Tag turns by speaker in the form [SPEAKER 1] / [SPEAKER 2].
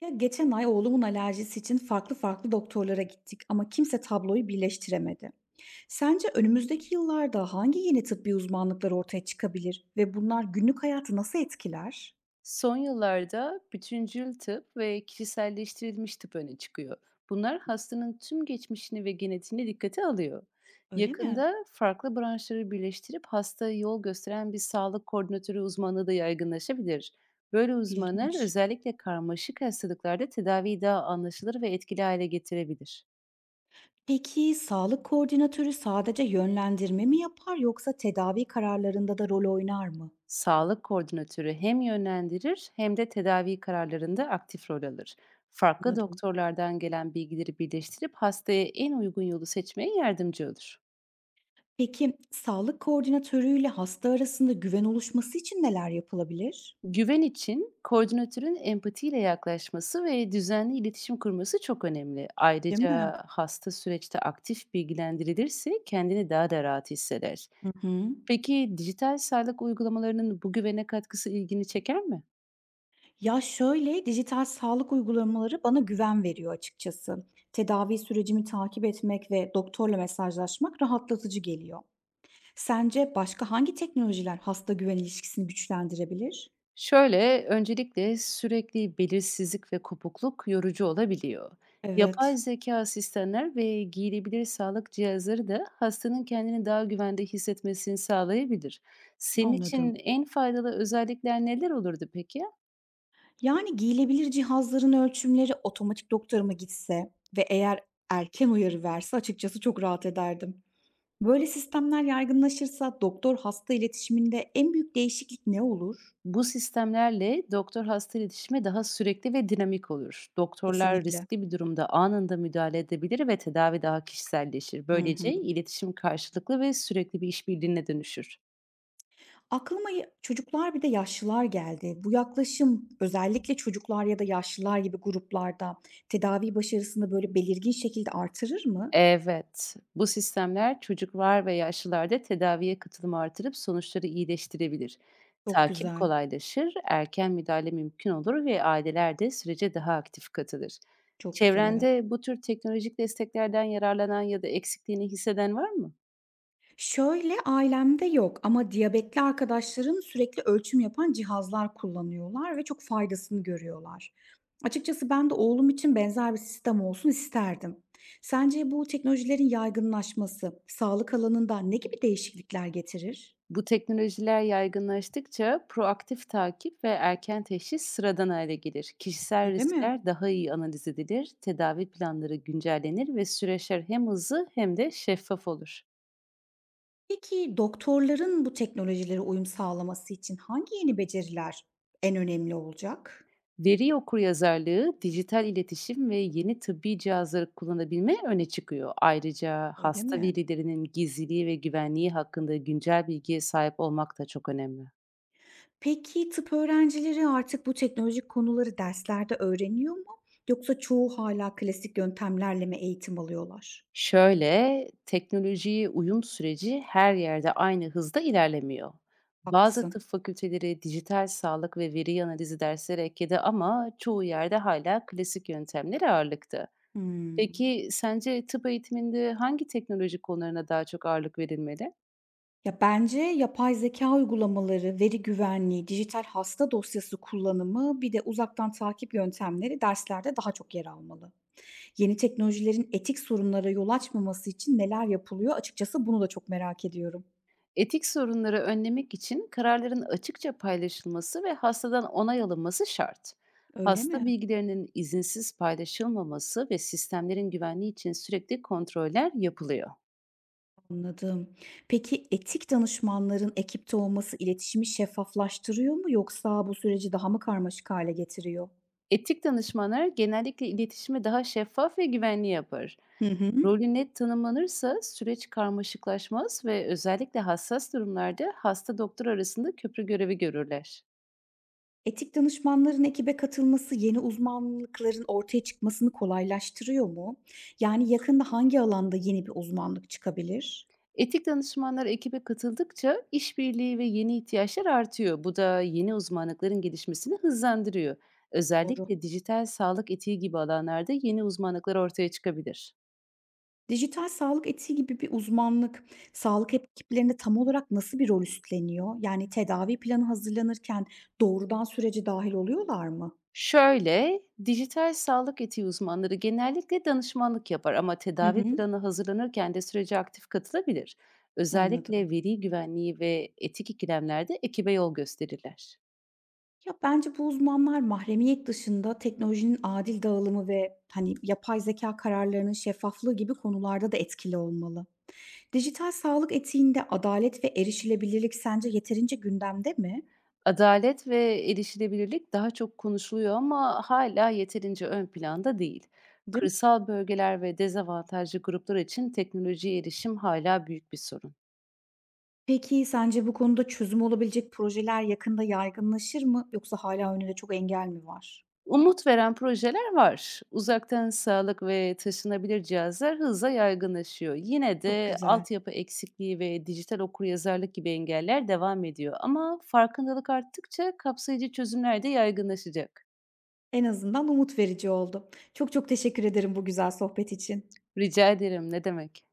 [SPEAKER 1] Ya geçen ay oğlumun alerjisi için farklı farklı doktorlara gittik ama kimse tabloyu birleştiremedi. Sence önümüzdeki yıllarda hangi yeni tıbbi uzmanlıklar ortaya çıkabilir ve bunlar günlük hayatı nasıl etkiler?
[SPEAKER 2] Son yıllarda bütüncül tıp ve kişiselleştirilmiş tıp öne çıkıyor. Bunlar hastanın tüm geçmişini ve genetiğini dikkate alıyor.
[SPEAKER 1] Öyle mi?
[SPEAKER 2] Yakında farklı branşları birleştirip hastaya yol gösteren bir sağlık koordinatörü uzmanlığı da yaygınlaşabilir. Böyle uzmanlar
[SPEAKER 1] İlginç.
[SPEAKER 2] özellikle karmaşık hastalıklarda tedaviyi daha anlaşılır ve etkili hale getirebilir.
[SPEAKER 1] Peki sağlık koordinatörü sadece yönlendirme mi yapar yoksa tedavi kararlarında da rol oynar mı?
[SPEAKER 2] Sağlık koordinatörü hem yönlendirir hem de tedavi kararlarında aktif rol alır. Farklı
[SPEAKER 1] Anladım.
[SPEAKER 2] doktorlardan gelen bilgileri birleştirip hastaya en uygun yolu seçmeye yardımcı olur.
[SPEAKER 1] Peki sağlık koordinatörüyle hasta arasında güven oluşması için neler yapılabilir?
[SPEAKER 2] Güven için koordinatörün empatiyle yaklaşması ve düzenli iletişim kurması çok önemli.
[SPEAKER 1] Değil mi?
[SPEAKER 2] Ayrıca hasta süreçte aktif bilgilendirilirse kendini daha da rahat hisseder.
[SPEAKER 1] Hı hı.
[SPEAKER 2] Peki dijital sağlık uygulamalarının bu güvene katkısı ilgini çeker mi?
[SPEAKER 1] Ya, şöyle, dijital sağlık uygulamaları bana güven veriyor açıkçası. Tedavi sürecimi takip etmek ve doktorla mesajlaşmak rahatlatıcı geliyor. Sence başka hangi teknolojiler hasta güven ilişkisini güçlendirebilir?
[SPEAKER 2] Şöyle, öncelikle sürekli belirsizlik ve kopukluk yorucu olabiliyor. Yapay
[SPEAKER 1] Evet,
[SPEAKER 2] zeka asistanlar ve giyilebilir sağlık cihazları da hastanın kendini daha güvende hissetmesini sağlayabilir. Senin için
[SPEAKER 1] anladım.
[SPEAKER 2] en faydalı özellikler neler olurdu peki?
[SPEAKER 1] Yani giyilebilir cihazların ölçümleri otomatik doktoruma gitse ve eğer erken uyarı verse açıkçası çok rahat ederdim. Böyle sistemler yaygınlaşırsa doktor hasta iletişiminde en büyük değişiklik ne olur?
[SPEAKER 2] Bu sistemlerle doktor hasta iletişimi daha sürekli ve dinamik olur. Doktorlar
[SPEAKER 1] Kesinlikle.
[SPEAKER 2] riskli bir durumda anında müdahale edebilir ve tedavi daha kişiselleşir.
[SPEAKER 1] Hı
[SPEAKER 2] Böylece
[SPEAKER 1] hı.
[SPEAKER 2] iletişim karşılıklı ve sürekli bir işbirliğine dönüşür.
[SPEAKER 1] Aklıma ya çocuklar bir de yaşlılar geldi. Bu yaklaşım özellikle çocuklar ya da yaşlılar gibi gruplarda tedavi başarısını böyle belirgin şekilde artırır mı?
[SPEAKER 2] Evet, bu sistemler çocuklar ve yaşlılarda tedaviye katılımı artırıp sonuçları iyileştirebilir.
[SPEAKER 1] Çok
[SPEAKER 2] Takip
[SPEAKER 1] güzel,
[SPEAKER 2] kolaylaşır, erken müdahale mümkün olur ve aileler de sürece daha aktif katılır.
[SPEAKER 1] çok güzel, evet.
[SPEAKER 2] Çevrende bu tür teknolojik desteklerden yararlanan ya da eksikliğini hisseden var mı?
[SPEAKER 1] Şöyle, ailemde yok ama diyabetli arkadaşlarım sürekli ölçüm yapan cihazlar kullanıyorlar ve çok faydasını görüyorlar. Açıkçası ben de oğlum için benzer bir sistem olsun isterdim. Sence bu teknolojilerin yaygınlaşması sağlık alanında ne gibi değişiklikler getirir?
[SPEAKER 2] Bu teknolojiler yaygınlaştıkça proaktif takip ve erken teşhis sıradan hale gelir. Kişisel
[SPEAKER 1] Öyle mi?
[SPEAKER 2] riskler daha iyi analiz edilir, tedavi planları güncellenir ve süreçler hem hızlı hem de şeffaf olur.
[SPEAKER 1] Peki doktorların bu teknolojilere uyum sağlaması için hangi yeni beceriler en önemli olacak?
[SPEAKER 2] Veri okuryazarlığı, dijital iletişim ve yeni tıbbi cihazları kullanabilme öne çıkıyor. Ayrıca
[SPEAKER 1] Öyle
[SPEAKER 2] hasta
[SPEAKER 1] mi?
[SPEAKER 2] verilerinin gizliliği ve güvenliği hakkında güncel bilgiye sahip olmak da çok önemli.
[SPEAKER 1] Peki tıp öğrencileri artık bu teknolojik konuları derslerde öğreniyor mu? Yoksa çoğu hala klasik yöntemlerle mi eğitim alıyorlar?
[SPEAKER 2] Şöyle, teknolojiye uyum süreci her yerde aynı hızda ilerlemiyor. Bazı
[SPEAKER 1] Haklısın.
[SPEAKER 2] tıp fakülteleri dijital sağlık ve veri analizi dersleri ekledi ama çoğu yerde hala klasik yöntemler ağırlıkta.
[SPEAKER 1] Hımm.
[SPEAKER 2] Peki sence tıp eğitiminde hangi teknoloji konularına daha çok ağırlık verilmeli?
[SPEAKER 1] Ya, bence yapay zeka uygulamaları, veri güvenliği, dijital hasta dosyası kullanımı, bir de uzaktan takip yöntemleri derslerde daha çok yer almalı. Yeni teknolojilerin etik sorunlara yol açmaması için neler yapılıyor? Açıkçası bunu da çok merak ediyorum.
[SPEAKER 2] Etik sorunları önlemek için kararların açıkça paylaşılması ve hastadan onay alınması şart.
[SPEAKER 1] Öyle
[SPEAKER 2] Hasta
[SPEAKER 1] mi?
[SPEAKER 2] bilgilerinin izinsiz paylaşılmaması ve sistemlerin güvenliği için sürekli kontroller yapılıyor.
[SPEAKER 1] Anladım. Peki etik danışmanların ekipte olması iletişimi şeffaflaştırıyor mu yoksa bu süreci daha mı karmaşık hale getiriyor?
[SPEAKER 2] Etik danışmanlar genellikle iletişimi daha şeffaf ve güvenli yapar.
[SPEAKER 1] Hı hı.
[SPEAKER 2] Rolü net tanımlanırsa süreç karmaşıklaşmaz ve özellikle hassas durumlarda hasta doktor arasında köprü görevi görürler.
[SPEAKER 1] Etik danışmanların ekibe katılması yeni uzmanlıkların ortaya çıkmasını kolaylaştırıyor mu? Yani yakında hangi alanda yeni bir uzmanlık çıkabilir?
[SPEAKER 2] Etik danışmanlar ekibe katıldıkça işbirliği ve yeni ihtiyaçlar artıyor. Bu da yeni uzmanlıkların gelişmesini hızlandırıyor.
[SPEAKER 1] Doğru.
[SPEAKER 2] Özellikle dijital sağlık etiği gibi alanlarda yeni uzmanlıklar ortaya çıkabilir.
[SPEAKER 1] Dijital sağlık etiği gibi bir uzmanlık, sağlık ekiplerinde tam olarak nasıl bir rol üstleniyor? Yani tedavi planı hazırlanırken doğrudan sürece dahil oluyorlar mı?
[SPEAKER 2] Şöyle, dijital sağlık etiği uzmanları genellikle danışmanlık yapar ama
[SPEAKER 1] Hı
[SPEAKER 2] tedavi
[SPEAKER 1] hı.
[SPEAKER 2] planı hazırlanırken de sürece aktif katılabilir. Özellikle
[SPEAKER 1] Anladım.
[SPEAKER 2] veri güvenliği ve etik ikilemlerde ekibe yol gösterirler.
[SPEAKER 1] Ya, bence bu uzmanlar mahremiyet dışında teknolojinin adil dağılımı ve, hani, yapay zeka kararlarının şeffaflığı gibi konularda da etkili olmalı. Dijital sağlık etiğinde adalet ve erişilebilirlik sence yeterince gündemde mi?
[SPEAKER 2] Adalet ve erişilebilirlik daha çok konuşuluyor ama hala yeterince ön planda değil.
[SPEAKER 1] Değil.
[SPEAKER 2] Kırsal bölgeler ve dezavantajlı gruplar için teknolojiye erişim hala büyük bir sorun.
[SPEAKER 1] Peki, sence bu konuda çözüm olabilecek projeler yakında yaygınlaşır mı yoksa hala önünde çok engel mi var?
[SPEAKER 2] Umut veren projeler var. Uzaktan sağlık ve taşınabilir cihazlar hızla yaygınlaşıyor. Yine
[SPEAKER 1] Çok
[SPEAKER 2] de
[SPEAKER 1] güzel.
[SPEAKER 2] altyapı eksikliği ve dijital okuryazarlık gibi engeller devam ediyor. Ama farkındalık arttıkça kapsayıcı çözümler de yaygınlaşacak.
[SPEAKER 1] En azından umut verici oldu. Çok çok teşekkür ederim bu güzel sohbet için.
[SPEAKER 2] Rica ederim, ne demek?